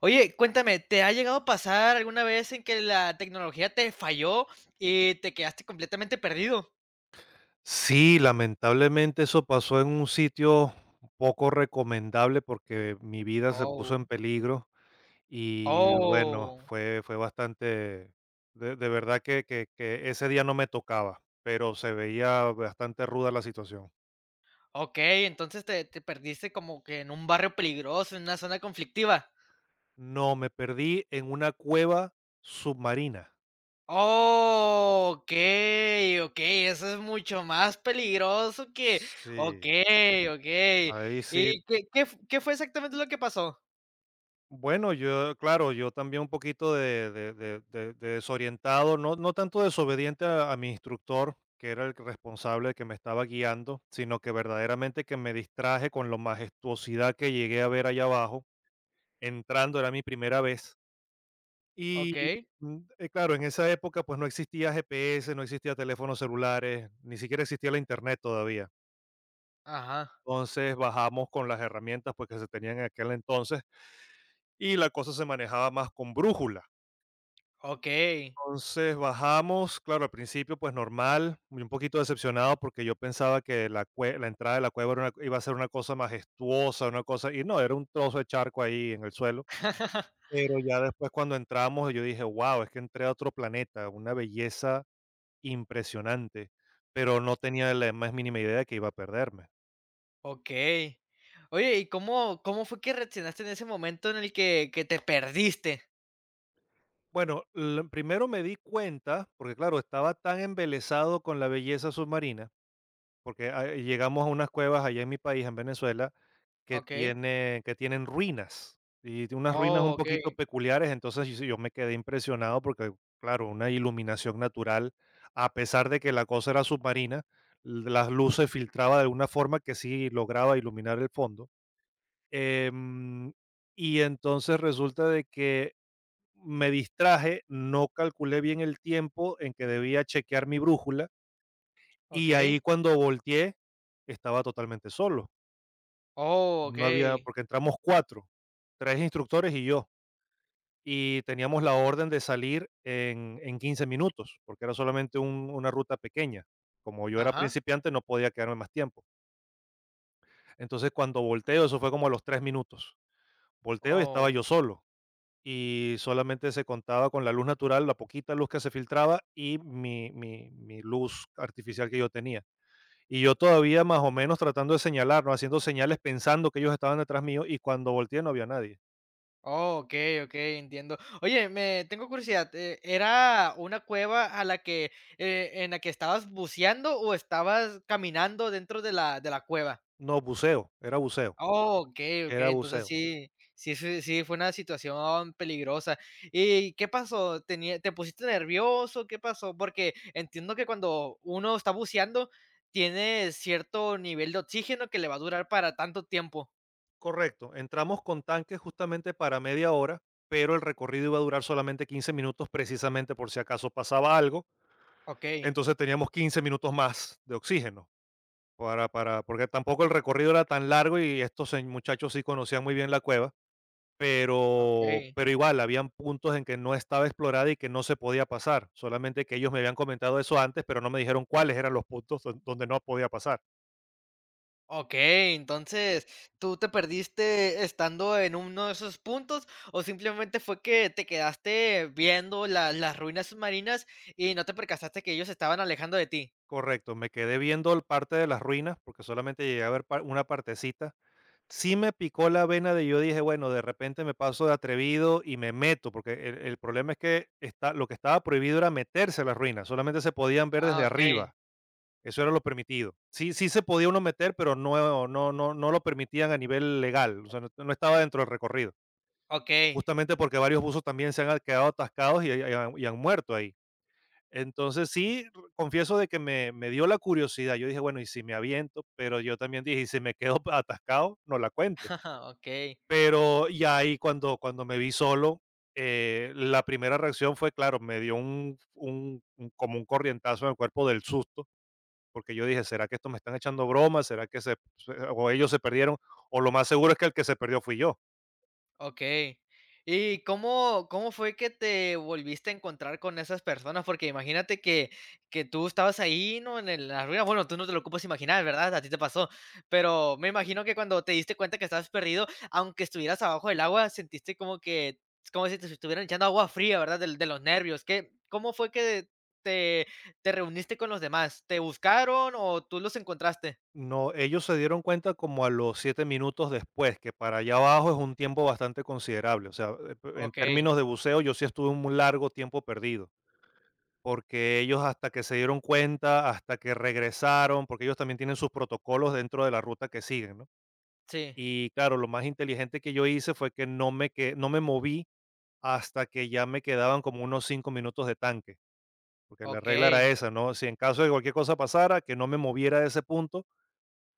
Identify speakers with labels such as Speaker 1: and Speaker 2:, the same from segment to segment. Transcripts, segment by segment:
Speaker 1: Oye, cuéntame, ¿te ha llegado a pasar alguna vez en que la tecnología te falló y te quedaste completamente perdido?
Speaker 2: Sí, lamentablemente eso pasó en un sitio poco recomendable porque mi vida se puso
Speaker 1: Oh,
Speaker 2: en peligro y bueno,
Speaker 1: oh,
Speaker 2: fue bastante, de verdad que ese día no me tocaba, pero se veía bastante ruda la situación.
Speaker 1: okey, entonces te perdiste como que en un barrio peligroso, en una zona conflictiva.
Speaker 2: No, me perdí en una cueva submarina.
Speaker 1: Oh, okey, okey, eso es mucho más peligroso que
Speaker 2: Sí,
Speaker 1: okey, okey.
Speaker 2: ahí sí.
Speaker 1: ¿Y qué fue exactamente lo que pasó?
Speaker 2: Bueno, yo, claro, yo también un poquito de desorientado, no, no tanto desobediente a mi instructor, que era el responsable que me estaba guiando, sino que verdaderamente que me distraje con la majestuosidad que llegué a ver allá abajo, entrando, era mi primera vez. Y
Speaker 1: Okey,
Speaker 2: claro, en esa época pues no existía GPS, no existía teléfonos celulares, ni siquiera existía la internet todavía.
Speaker 1: ajá,
Speaker 2: Entonces bajamos con las herramientas pues que se tenían en aquel entonces y la cosa se manejaba más con brújula.
Speaker 1: okey.
Speaker 2: Entonces bajamos, claro, al principio, pues normal, muy un poquito decepcionado porque yo pensaba que la, la entrada de la cueva era iba a ser una cosa majestuosa, una cosa, y no, era un trozo de charco ahí en el suelo. Pero ya después cuando entramos, yo dije, wow, es que entré a otro planeta, una belleza impresionante, pero no tenía la más mínima idea de que iba a perderme.
Speaker 1: Okey. Oye, ¿y cómo fue que reaccionaste en ese momento en el que te perdiste?
Speaker 2: Bueno, primero me di cuenta, porque claro, estaba tan embelesado con la belleza submarina. Porque ah, llegamos a unas cuevas allá en mi país, en Venezuela,
Speaker 1: Okey.
Speaker 2: que tienen ruinas, y tiene unas ruinas
Speaker 1: Oh,
Speaker 2: un poquito
Speaker 1: okey,
Speaker 2: peculiares, entonces yo, yo me quedé impresionado porque, claro, una iluminación natural, a pesar de que la cosa era submarina, las luces filtraba de una forma que sí lograba iluminar el fondo. Em, y entonces resulta de que me distraje, no calculé bien el tiempo en que debía chequear mi brújula y ahí
Speaker 1: okey.
Speaker 2: cuando volteé, estaba totalmente solo.
Speaker 1: Oh,
Speaker 2: No había,
Speaker 1: okey.
Speaker 2: porque entramos 4, 3 instructores y yo, y teníamos la orden de salir en 15 minutos, porque era solamente un una ruta pequeña. Como yo era
Speaker 1: Ajá.
Speaker 2: principiante, no podía quedarme más tiempo. Entonces, cuando volteo, eso fue como a los 3 minutos. Volteo y estaba
Speaker 1: Oh.
Speaker 2: yo solo, y solamente se contaba con la luz natural, la poquita luz que se filtraba y mi luz artificial que yo tenía. Y yo todavía más o menos tratando de señalar, ¿no? Haciendo señales pensando que ellos estaban detrás mío y cuando volteé no había nadie.
Speaker 1: Oh, okey, okey, entiendo. Oye, me tengo curiosidad, ¿era una cueva a la que, en la que estabas buceando o estabas caminando dentro de la cueva?
Speaker 2: No, buceo, era buceo,
Speaker 1: Oh, okey,
Speaker 2: era
Speaker 1: okey. Entonces
Speaker 2: buceo.
Speaker 1: sí, sí, sí, sí fue una situación peligrosa. ¿Y qué pasó? ¿Tenía te pusiste nervioso? ¿Qué pasó? Porque entiendo que cuando uno está buceando, tiene cierto nivel de oxígeno que le va a durar para tanto tiempo.
Speaker 2: Correcto, entramos con tanques justamente para media hora, pero el recorrido iba a durar solamente 15 minutos precisamente por si acaso pasaba algo.
Speaker 1: Okey,
Speaker 2: Entonces teníamos 15 minutos más de oxígeno, porque tampoco el recorrido era tan largo y estos muchachos sí conocían muy bien la cueva. Pero
Speaker 1: okey,
Speaker 2: pero igual, habían puntos en que no estaba explorada y que no se podía pasar, solamente que ellos me habían comentado eso antes, pero no me dijeron cuáles eran los puntos donde no podía pasar.
Speaker 1: okey. Entonces, ¿tú te perdiste estando en uno de esos puntos, o simplemente fue que te quedaste viendo la las ruinas submarinas y no te percataste que ellos se estaban alejando de ti?
Speaker 2: Correcto, me quedé viendo el parte de las ruinas, porque solamente llegué a ver par una partecita. Sí me picó la vena de yo dije: "Bueno, de repente me paso de atrevido y me meto", porque el problema es que está lo que estaba prohibido era meterse a las ruinas, solamente se podían ver
Speaker 1: Ah,
Speaker 2: desde
Speaker 1: okey.
Speaker 2: arriba. Eso era lo permitido. Sí, sí se podía uno meter, pero no no no no lo permitían a nivel legal, o sea, no no estaba dentro del recorrido,
Speaker 1: Okey,
Speaker 2: justamente porque varios buzos también se han quedado atascados y han muerto ahí. Entonces, sí, confieso de que me dio la curiosidad. Yo dije: "Bueno, ¿y si me aviento?", pero yo también dije: "Y si me quedo atascado, no la cuento".
Speaker 1: okey,
Speaker 2: Pero y ahí cuando me vi solo, la primera reacción fue, claro, me dio un como un corrientazo en el cuerpo del susto porque yo dije: "¿Será que esto me están echando bromas? ¿Será que se se o ellos se perdieron?". O lo más seguro es que el que se perdió fui yo.
Speaker 1: okey. ¿Y cómo fue que te volviste a encontrar con esas personas? Porque imagínate que tú estabas ahí, ¿no? En el las ruinas, bueno, tú no te lo ocupas imaginar, ¿verdad? A ti te pasó, pero me imagino que cuando te diste cuenta que estabas perdido, aunque estuvieras abajo del agua, sentiste como que como si te estuvieran echando agua fría, ¿verdad? Del de los nervios. ¿Qué cómo fue que te reuniste con los demás? ¿Te buscaron o tú los encontraste?
Speaker 2: No, ellos se dieron cuenta como a los 7 minutos después, que para allá abajo es un tiempo bastante considerable. O sea, en
Speaker 1: Okey,
Speaker 2: términos de buceo, yo sí estuve un largo tiempo perdido. Porque ellos hasta que se dieron cuenta, hasta que regresaron, porque ellos también tienen sus protocolos dentro de la ruta que siguen, ¿no?
Speaker 1: sí,
Speaker 2: Y claro, lo más inteligente que yo hice fue que no me moví hasta que ya me quedaban como unos 5 minutos de tanque, porque la regla era
Speaker 1: okey,
Speaker 2: esa, ¿no? Si en caso de cualquier cosa pasara, que no me moviera de ese punto,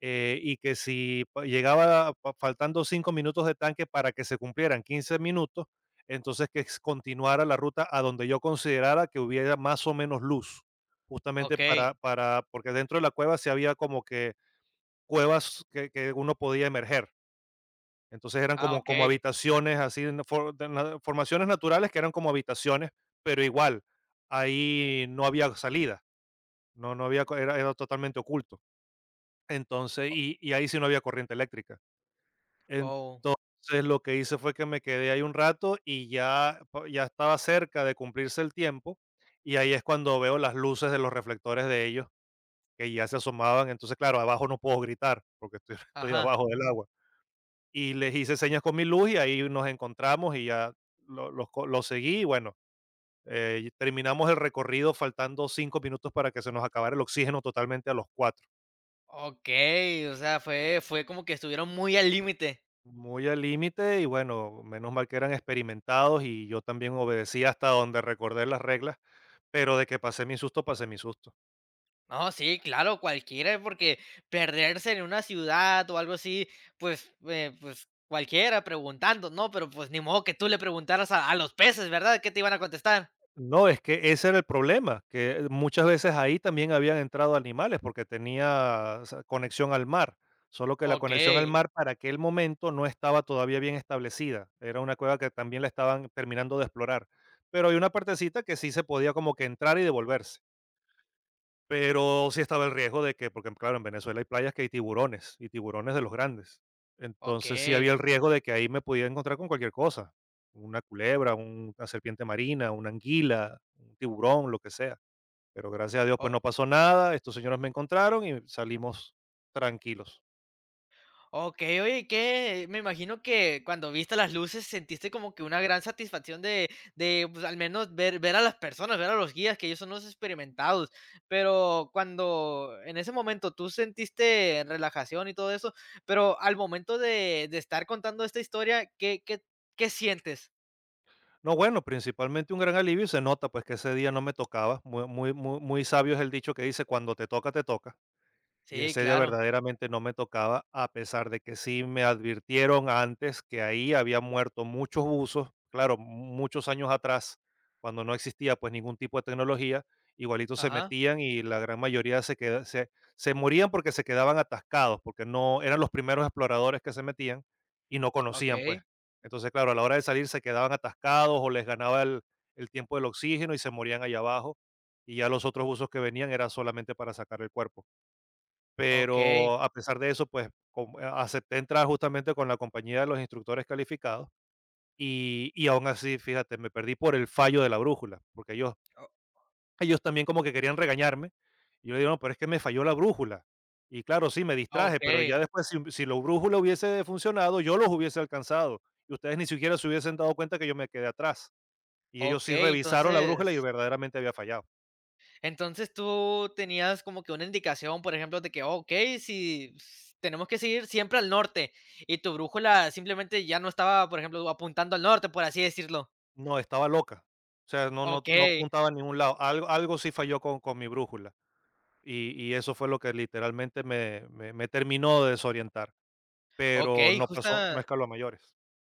Speaker 2: y que si faltando 5 minutos de tanque para que se cumplieran 15 minutos, entonces que continuara la ruta a donde yo considerara que hubiera más o menos luz, justamente
Speaker 1: okey.
Speaker 2: para porque dentro de la cueva sí había como que cuevas que uno podía emerger. Entonces eran
Speaker 1: Ah,
Speaker 2: como, como
Speaker 1: okey.
Speaker 2: habitaciones, así, en formaciones naturales que eran como habitaciones, pero igual, ahí no había salida, no, no había, era totalmente oculto. Entonces, y ahí sí no había corriente eléctrica.
Speaker 1: Oh,
Speaker 2: Entonces, lo que hice fue que me quedé ahí un rato y ya, ya estaba cerca de cumplirse el tiempo y ahí es cuando veo las luces de los reflectores de ellos que ya se asomaban. Entonces, claro, abajo no puedo gritar porque estoy, estoy
Speaker 1: ajá.
Speaker 2: abajo del agua. Y les hice señas con mi luz y ahí nos encontramos y ya los seguí. Y bueno, terminamos el recorrido faltando 5 minutos para que se nos acabara el oxígeno totalmente a los cuatro.
Speaker 1: Okey, o sea, fue como que estuvieron muy al límite.
Speaker 2: Muy al límite y bueno, menos mal que eran experimentados y yo también obedecí hasta donde recordé las reglas, pero de que pasé mi susto, pasé mi susto.
Speaker 1: No, sí, claro, cualquiera, porque perderse en una ciudad o algo así, pues, pues, cualquiera preguntando, ¿no? Pero, pues, ni modo que tú le preguntaras a los peces, ¿verdad? ¿Qué te iban a contestar?
Speaker 2: No, es que ese era el problema, que muchas veces ahí también habían entrado animales porque tenía o sea, conexión al mar, solo que la conexión al
Speaker 1: Okey,
Speaker 2: mar para aquel momento no estaba todavía bien establecida, era una cueva que también la estaban terminando de explorar, pero hay una partecita que sí se podía como que entrar y devolverse. Pero sí estaba el riesgo de que, porque claro, en Venezuela hay playas que hay tiburones y tiburones de los grandes. Entonces sí había el
Speaker 1: okey.
Speaker 2: riesgo de que ahí me podía encontrar con cualquier cosa, una culebra, una serpiente marina, una anguila, un tiburón, lo que sea. Pero gracias a Dios pues
Speaker 1: O
Speaker 2: no pasó nada, estos señores me encontraron y salimos tranquilos.
Speaker 1: okey, oye, ¿qué? Me imagino que cuando viste las luces sentiste como que una gran satisfacción de, pues, al menos ver a las personas, ver a los guías, que ellos son los experimentados. Pero cuando en ese momento tú sentiste relajación y todo eso, pero al momento de estar contando esta historia, ¿qué qué sientes?
Speaker 2: No, bueno, principalmente un gran alivio y se nota pues que ese día no me tocaba. Muy, muy, muy, muy sabio es el dicho que dice, cuando te toca, te toca. Y
Speaker 1: Sí,
Speaker 2: ese día
Speaker 1: claro.
Speaker 2: verdaderamente no me tocaba, a pesar de que sí me advirtieron antes que ahí había muerto muchos buzos, claro, muchos años atrás, cuando no existía pues ningún tipo de tecnología, igualitos se
Speaker 1: Ajá.
Speaker 2: metían y la gran mayoría se morían porque se quedaban atascados, porque no eran los primeros exploradores que se metían y no conocían pues.
Speaker 1: Okey,
Speaker 2: Entonces, claro, a la hora de salir se quedaban atascados o les ganaba el tiempo del oxígeno y se morían allá abajo. Y ya los otros buzos que venían era solamente para sacar el cuerpo.
Speaker 1: okey.
Speaker 2: Pero a pesar de eso, pues, com acepté entrar justamente con la compañía de los instructores calificados y aún así, fíjate, me perdí por el fallo de la brújula, porque ellos
Speaker 1: O
Speaker 2: ellos también como que querían regañarme. Y yo le digo: "No, pero es que me falló la brújula". Y claro, sí, me distraje, pero ya
Speaker 1: okey,
Speaker 2: después si la brújula hubiese funcionado, yo los hubiese alcanzado y ustedes ni siquiera se hubiesen dado cuenta que yo me quedé atrás. Y ellos sí
Speaker 1: okey,
Speaker 2: revisaron la brújula y
Speaker 1: entonces
Speaker 2: verdaderamente había fallado.
Speaker 1: entonces, tú tenías como que una indicación, por ejemplo, de que, okey, si s tenemos que seguir siempre al norte, y tu brújula simplemente ya no estaba, por ejemplo, apuntando al norte, por así decirlo.
Speaker 2: No, estaba loca. O sea, no
Speaker 1: Okey,
Speaker 2: apuntaba a ningún lado. Algo sí falló con mi brújula. Y eso fue lo que literalmente me terminó de desorientar, pero
Speaker 1: okey,
Speaker 2: no pasó, no
Speaker 1: justa
Speaker 2: escaló a mayores.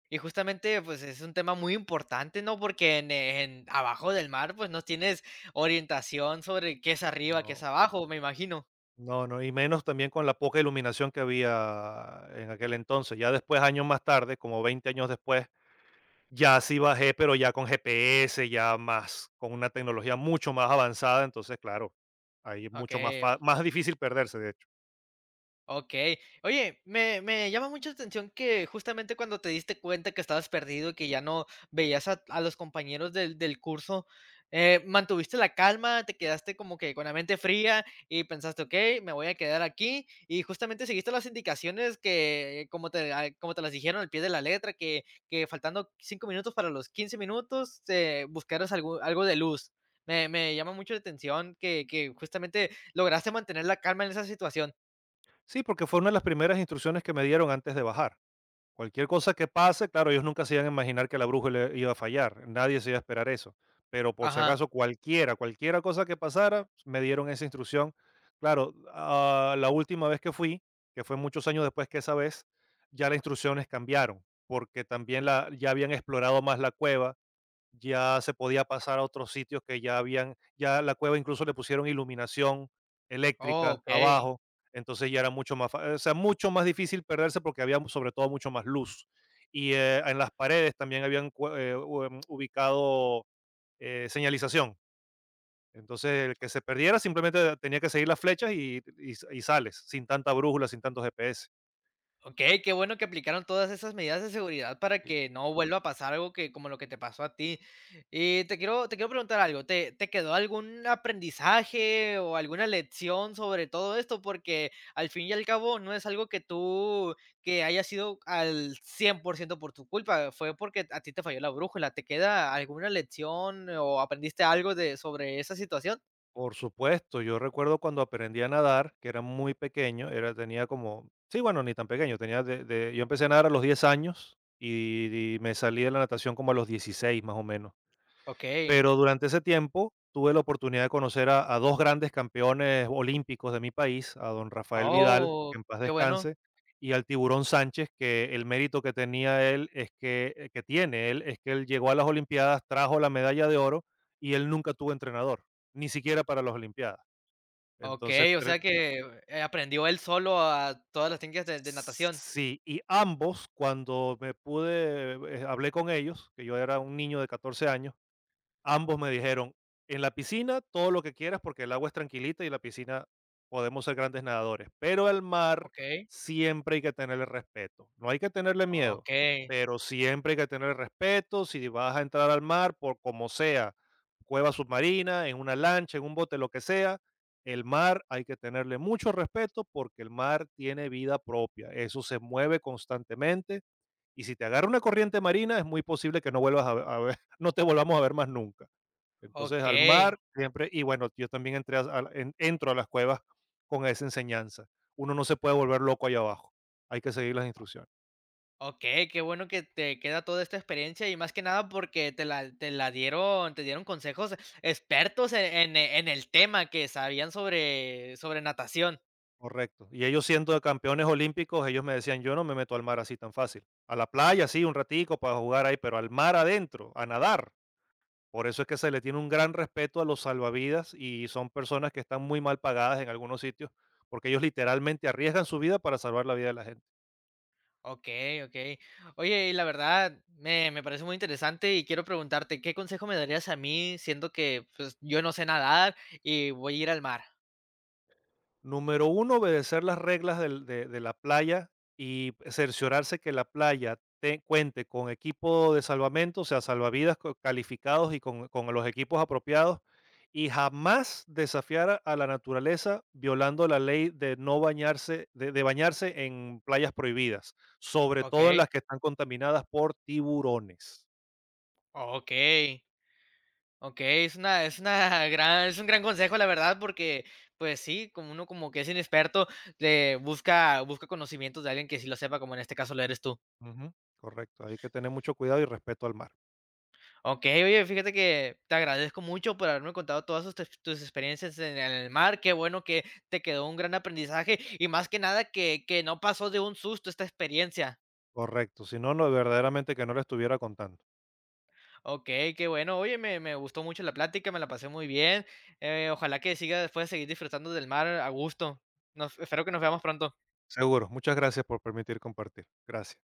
Speaker 1: y justamente, pues, es un tema muy importante, ¿no? Porque en abajo del mar, pues, no tienes orientación sobre qué es arriba, qué es
Speaker 2: No,
Speaker 1: abajo, me imagino.
Speaker 2: no, no, y menos también con la poca iluminación que había en aquel entonces. Ya después, años más tarde, como 20 años después, ya sí bajé, pero ya con GPS, ya más, con una tecnología mucho más avanzada, entonces, claro, ahí es mucho más
Speaker 1: Okey.
Speaker 2: fa más difícil perderse, de hecho.
Speaker 1: Okey. Oye, me llama mucho la atención que justamente cuando te diste cuenta que estabas perdido y que ya no veías a los compañeros del curso, ¿mantuviste la calma? ¿Te quedaste como que con la mente fría y pensaste: "Okey, me voy a quedar aquí"? Y justamente seguiste las indicaciones que como te a como te las dijeron al pie de la letra, que faltando 5 minutos para los 15 minutos, buscaras algo algo de luz. Me llama mucho la atención que justamente lograste mantener la calma en esa situación.
Speaker 2: Sí, porque fue una de las primeras instrucciones que me dieron antes de bajar. Cualquier cosa que pase, claro, ellos nunca se iban a imaginar que la bruja le iba a fallar, nadie se iba a esperar eso, pero por si
Speaker 1: Ajá.
Speaker 2: acaso cualquiera, cosa que pasara, me dieron esa instrucción. Claro, la última vez que fui, que fue muchos años después que esa vez, ya las instrucciones cambiaron, porque también ya habían explorado más la cueva, ya se podía pasar a otros sitios que ya habían, ya la cueva incluso le pusieron iluminación
Speaker 1: Oh,
Speaker 2: eléctrica
Speaker 1: okey.
Speaker 2: abajo, entonces ya era mucho más, o sea, mucho más difícil perderse porque había sobre todo mucho más luz. Y en las paredes también habían ubicado señalización. Entonces, el que se perdiera simplemente tenía que seguir las flechas y sales, sin tanta brújula, sin tantos GPS.
Speaker 1: Okey, qué bueno que aplicaron todas esas medidas de seguridad para que no vuelva a pasar algo que como lo que te pasó a ti. Y te quiero preguntar algo, ¿te quedó algún aprendizaje o alguna lección sobre todo esto? Porque al fin y al cabo no es algo que tú que haya sido al 100 por ciento por tu culpa, fue porque a ti te falló la brújula. ¿Te queda alguna lección o aprendiste algo de sobre esa situación?
Speaker 2: Por supuesto, yo recuerdo cuando aprendí a nadar, que era muy pequeño, era, tenía como, sí, bueno, ni tan pequeño, tenía yo empecé a nadar a los 10 años y me salí de la natación como a los 16 más o menos.
Speaker 1: Okey.
Speaker 2: Pero durante ese tiempo tuve la oportunidad de conocer a dos grandes campeones olímpicos de mi país, a don Rafael Vidal,
Speaker 1: Oh,
Speaker 2: que en paz
Speaker 1: qué bueno.
Speaker 2: descanse, y al Tiburón Sánchez, que el mérito que tenía él es que tiene él, es que él llegó a las Olimpiadas, trajo la medalla de oro y él nunca tuvo entrenador, ni siquiera para las Olimpiadas. Entonces,
Speaker 1: Okey, o sea que, aprendió él solo a todas las técnicas de natación.
Speaker 2: sí, y ambos, cuando me pude, hablé con ellos, que yo era un niño de 14 años. Ambos me dijeron, en la piscina todo lo que quieras porque el agua es tranquilita y la piscina podemos ser grandes nadadores, pero al mar
Speaker 1: Okey,
Speaker 2: siempre hay que tenerle respeto, no hay que tenerle miedo,
Speaker 1: okey,
Speaker 2: pero siempre hay que tenerle respeto si vas a entrar al mar por como sea, cueva submarina, en una lancha, en un bote, lo que sea, el mar hay que tenerle mucho respeto porque el mar tiene vida propia, eso se mueve constantemente y si te agarra una corriente marina, es muy posible que no vuelvas a ver, no te volvamos a ver más nunca. Entonces, al
Speaker 1: okey,
Speaker 2: mar siempre, y bueno, yo también entré a- en- entro a las cuevas con esa enseñanza. Uno no se puede volver loco allá abajo. Hay que seguir las instrucciones.
Speaker 1: okey, qué bueno que te queda toda esta experiencia y más que nada porque te la dieron te dieron consejos expertos en e- en el tema que sabían sobre sobre natación.
Speaker 2: Correcto. Y ellos siendo campeones olímpicos, ellos me decían, yo no me meto al mar así tan fácil. A la playa, sí, un ratico para jugar ahí, pero al mar adentro, a nadar. Por eso es que se le tiene un gran respeto a los salvavidas y son personas que están muy mal pagadas en algunos sitios, porque ellos literalmente arriesgan su vida para salvar la vida de la gente.
Speaker 1: Okey, okey. Oye, y la verdad me parece muy interesante y quiero preguntarte, ¿qué consejo me darías a mí siendo que, pues, yo no sé nadar y voy a ir al mar?
Speaker 2: Número uno, obedecer las reglas del de la playa y cerciorarse que la playa te cuente con equipo de salvamento, o sea, salvavidas co calificados y con los equipos apropiados, y jamás desafiar a la naturaleza violando la ley de no bañarse de bañarse en playas prohibidas, sobre todo en
Speaker 1: Okey,
Speaker 2: las que están contaminadas por tiburones.
Speaker 1: okey. Okey, es una gran es un gran consejo, la verdad, porque, pues sí, como uno como que es inexperto, le busca busca conocimientos de alguien que sí lo sepa, como en este caso lo eres tú.
Speaker 2: Ujú, correcto, hay que tener mucho cuidado y respeto al mar.
Speaker 1: Okey, oye, fíjate que te agradezco mucho por haberme contado todas sus tes tus experiencias en el mar. Qué bueno que te quedó un gran aprendizaje y más que nada que que no pasó de un susto esta experiencia.
Speaker 2: Correcto, si no, no verdaderamente que no le estuviera contando.
Speaker 1: Okey, qué bueno. Oye, me gustó mucho la plática, me la pasé muy bien. Ojalá que siga después seguir disfrutando del mar a gusto. Nos espero que nos veamos pronto.
Speaker 2: Seguro, muchas gracias por permitir compartir. Gracias.